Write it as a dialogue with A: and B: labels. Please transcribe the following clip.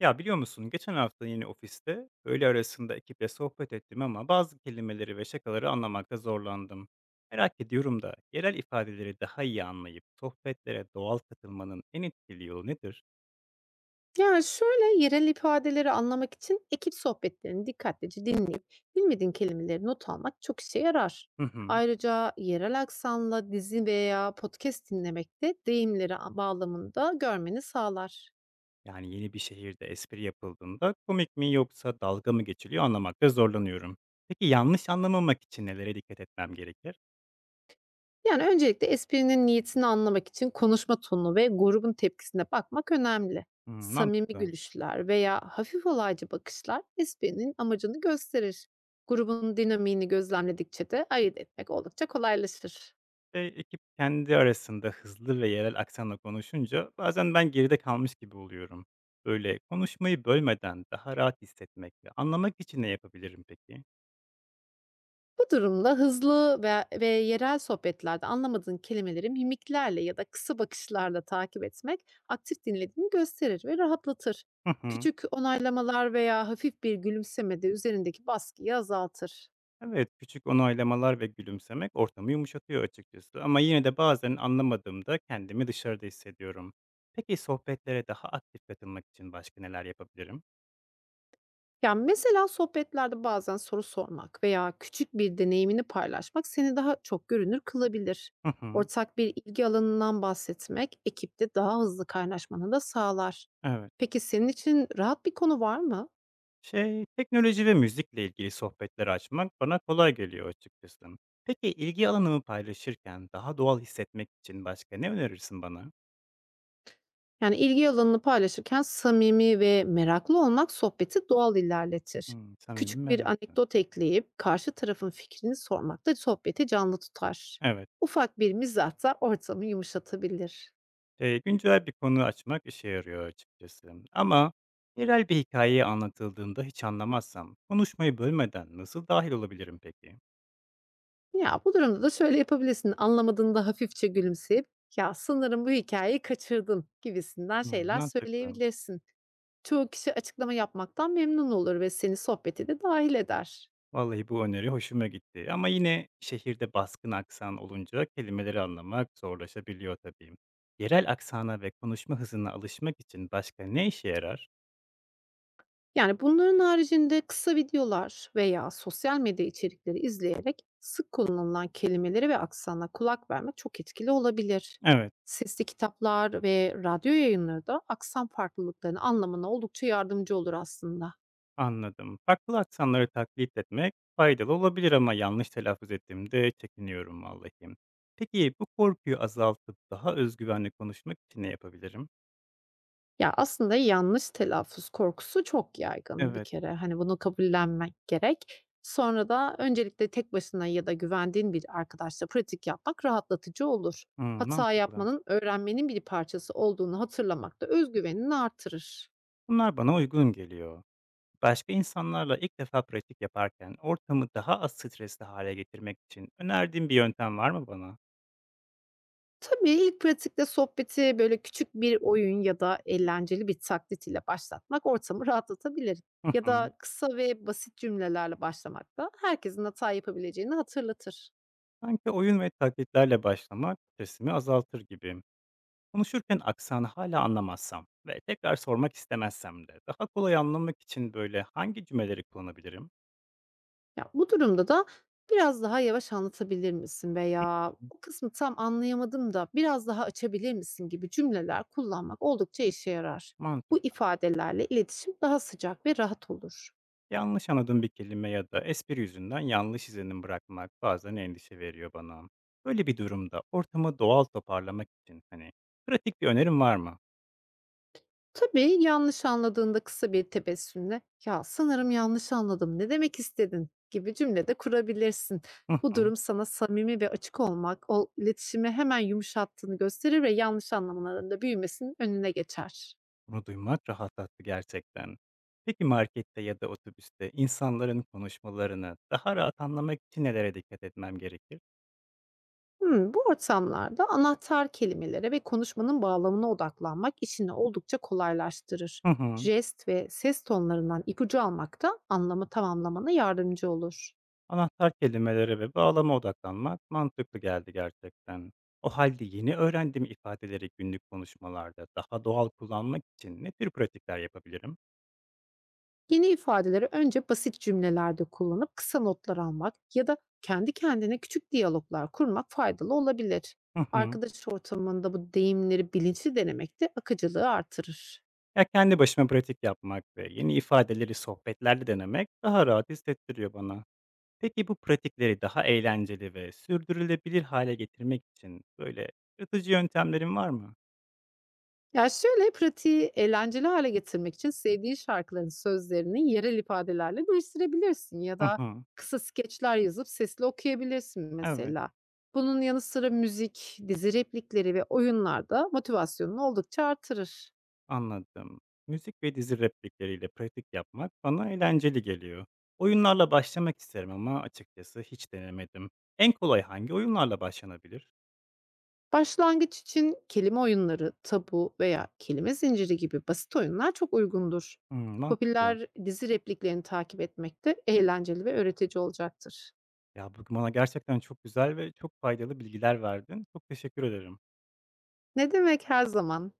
A: Ya biliyor musun geçen hafta yeni ofiste öğle arasında ekiple sohbet ettim ama bazı kelimeleri ve şakaları anlamakta zorlandım. Merak ediyorum da yerel ifadeleri daha iyi anlayıp sohbetlere doğal katılmanın en etkili yolu nedir?
B: Yani şöyle, yerel ifadeleri anlamak için ekip sohbetlerini dikkatlice dinleyip bilmediğin kelimeleri not almak çok işe yarar.
A: Hı hı.
B: Ayrıca yerel aksanla dizi veya podcast dinlemek de deyimleri bağlamında görmeni sağlar.
A: Yani yeni bir şehirde espri yapıldığında komik mi yoksa dalga mı geçiliyor anlamakta zorlanıyorum. Peki yanlış anlamamak için nelere dikkat etmem gerekir?
B: Yani öncelikle esprinin niyetini anlamak için konuşma tonu ve grubun tepkisine bakmak önemli.
A: Hmm,
B: Samimi
A: mantıklı.
B: gülüşler veya hafif olaycı bakışlar esprinin amacını gösterir. Grubun dinamiğini gözlemledikçe de ayırt etmek oldukça kolaylaşır.
A: Ekip kendi arasında hızlı ve yerel aksanla konuşunca bazen ben geride kalmış gibi oluyorum. Böyle konuşmayı bölmeden daha rahat hissetmek ve anlamak için ne yapabilirim peki?
B: Bu durumda hızlı ve yerel sohbetlerde anlamadığın kelimeleri mimiklerle ya da kısa bakışlarla takip etmek aktif dinlediğini gösterir ve rahatlatır.
A: Hı hı.
B: Küçük onaylamalar veya hafif bir gülümseme de üzerindeki baskıyı azaltır.
A: Evet, küçük onaylamalar ve gülümsemek ortamı yumuşatıyor açıkçası ama yine de bazen anlamadığımda kendimi dışarıda hissediyorum. Peki sohbetlere daha aktif katılmak için başka neler yapabilirim?
B: Yani mesela sohbetlerde bazen soru sormak veya küçük bir deneyimini paylaşmak seni daha çok görünür kılabilir.
A: Hı hı.
B: Ortak bir ilgi alanından bahsetmek ekipte daha hızlı kaynaşmanı da sağlar.
A: Evet.
B: Peki senin için rahat bir konu var mı?
A: Şey, teknoloji ve müzikle ilgili sohbetler açmak bana kolay geliyor açıkçası. Peki ilgi alanımı paylaşırken daha doğal hissetmek için başka ne önerirsin bana?
B: Yani ilgi alanını paylaşırken samimi ve meraklı olmak sohbeti doğal ilerletir.
A: Hmm, samimi
B: Küçük bir
A: merak ettim.
B: anekdot ekleyip karşı tarafın fikrini sormak da sohbeti canlı tutar.
A: Evet,
B: Ufak bir mizah da ortamı yumuşatabilir.
A: güncel bir konu açmak işe yarıyor açıkçası. Ama yerel bir hikaye anlatıldığında hiç anlamazsam konuşmayı bölmeden nasıl dahil olabilirim peki?
B: Ya, bu durumda da şöyle yapabilirsin. Anlamadığında hafifçe gülümseyip ya sanırım bu hikayeyi kaçırdım gibisinden
A: Hmm,
B: şeyler
A: mantıklı.
B: söyleyebilirsin. Çoğu kişi açıklama yapmaktan memnun olur ve seni sohbete de dahil eder.
A: Vallahi bu öneri hoşuma gitti ama yine şehirde baskın aksan olunca kelimeleri anlamak zorlaşabiliyor tabii. Yerel aksana ve konuşma hızına alışmak için başka ne işe yarar?
B: Yani bunların haricinde kısa videolar veya sosyal medya içerikleri izleyerek sık kullanılan kelimeleri ve aksana kulak vermek çok etkili olabilir.
A: Evet,
B: Sesli kitaplar ve radyo yayınları da aksan farklılıklarını anlamana oldukça yardımcı olur aslında.
A: anladım. Farklı aksanları taklit etmek faydalı olabilir ama yanlış telaffuz ettiğimde çekiniyorum vallahi. Peki bu korkuyu azaltıp daha özgüvenli konuşmak için ne yapabilirim?
B: Ya, aslında yanlış telaffuz korkusu çok yaygın bir
A: Evet,
B: kere. Hani, bunu kabullenmek gerek. Sonra da öncelikle tek başına ya da güvendiğin bir arkadaşla pratik yapmak rahatlatıcı olur.
A: hmm,
B: Hata
A: mantıklı.
B: yapmanın öğrenmenin bir parçası olduğunu hatırlamak da özgüvenini artırır.
A: Bunlar bana uygun geliyor. Başka insanlarla ilk defa pratik yaparken ortamı daha az stresli hale getirmek için önerdiğin bir yöntem var mı bana?
B: Tabii ilk pratikte sohbeti böyle küçük bir oyun ya da eğlenceli bir taklit ile başlatmak ortamı rahatlatabilir.
A: Hı
B: Ya
A: hı.
B: da kısa ve basit cümlelerle başlamak da herkesin hata yapabileceğini hatırlatır.
A: Sanki oyun ve taklitlerle başlamak stresimi azaltır gibi. Konuşurken aksanı hala anlamazsam ve tekrar sormak istemezsem de daha kolay anlamak için böyle hangi cümleleri kullanabilirim?
B: Ya, bu durumda da biraz daha yavaş anlatabilir misin veya "Bu kısmı tam anlayamadım da biraz daha açabilir misin?" gibi cümleler kullanmak oldukça işe yarar. Bu
A: Mantıklı.
B: ifadelerle iletişim daha sıcak ve rahat olur.
A: Yanlış anladığım bir kelime ya da espri yüzünden yanlış izlenim bırakmak bazen endişe veriyor bana. Böyle bir durumda ortamı doğal toparlamak için hani pratik bir önerim var mı?
B: Tabii yanlış anladığında kısa bir tebessümle "Ya, sanırım yanlış anladım, ne demek istedin?" gibi cümle de kurabilirsin.
A: Hı
B: Bu
A: hı.
B: durum sana samimi ve açık olmak, o iletişimi hemen yumuşattığını gösterir ve yanlış anlamaların da büyümesinin önüne geçer.
A: Bunu duymak rahatlattı gerçekten. Peki markette ya da otobüste insanların konuşmalarını daha rahat anlamak için nelere dikkat etmem gerekir?
B: Hımm, bu ortamlarda anahtar kelimelere ve konuşmanın bağlamına odaklanmak işini oldukça kolaylaştırır.
A: Hı hı.
B: Jest ve ses tonlarından ipucu almak da anlamı tamamlamana yardımcı olur.
A: Anahtar kelimelere ve bağlama odaklanmak mantıklı geldi gerçekten. O halde yeni öğrendiğim ifadeleri günlük konuşmalarda daha doğal kullanmak için ne tür pratikler yapabilirim?
B: Yeni ifadeleri önce basit cümlelerde kullanıp kısa notlar almak ya da kendi kendine küçük diyaloglar kurmak faydalı olabilir.
A: Hı hı.
B: Arkadaş ortamında bu deyimleri bilinçli denemek de akıcılığı artırır.
A: Ya kendi başıma pratik yapmak ve yeni ifadeleri sohbetlerde denemek daha rahat hissettiriyor bana. Peki bu pratikleri daha eğlenceli ve sürdürülebilir hale getirmek için böyle yaratıcı yöntemlerin var mı?
B: Ya, şöyle, pratiği eğlenceli hale getirmek için sevdiğin şarkıların sözlerini yerel ifadelerle değiştirebilirsin ya
A: Hı
B: da
A: hı.
B: kısa skeçler yazıp sesli okuyabilirsin
A: Evet,
B: mesela. Bunun yanı sıra müzik, dizi replikleri ve oyunlar da motivasyonunu oldukça artırır.
A: anladım. Müzik ve dizi replikleriyle pratik yapmak bana eğlenceli geliyor. Oyunlarla başlamak isterim ama açıkçası hiç denemedim. En kolay hangi oyunlarla başlanabilir?
B: Başlangıç için kelime oyunları, tabu veya kelime zinciri gibi basit oyunlar çok uygundur.
A: Hmm, mantıklı.
B: Popüler dizi repliklerini takip etmek de eğlenceli ve öğretici olacaktır.
A: Ya bugün bana gerçekten çok güzel ve çok faydalı bilgiler verdin. Çok teşekkür ederim.
B: Ne demek, her zaman.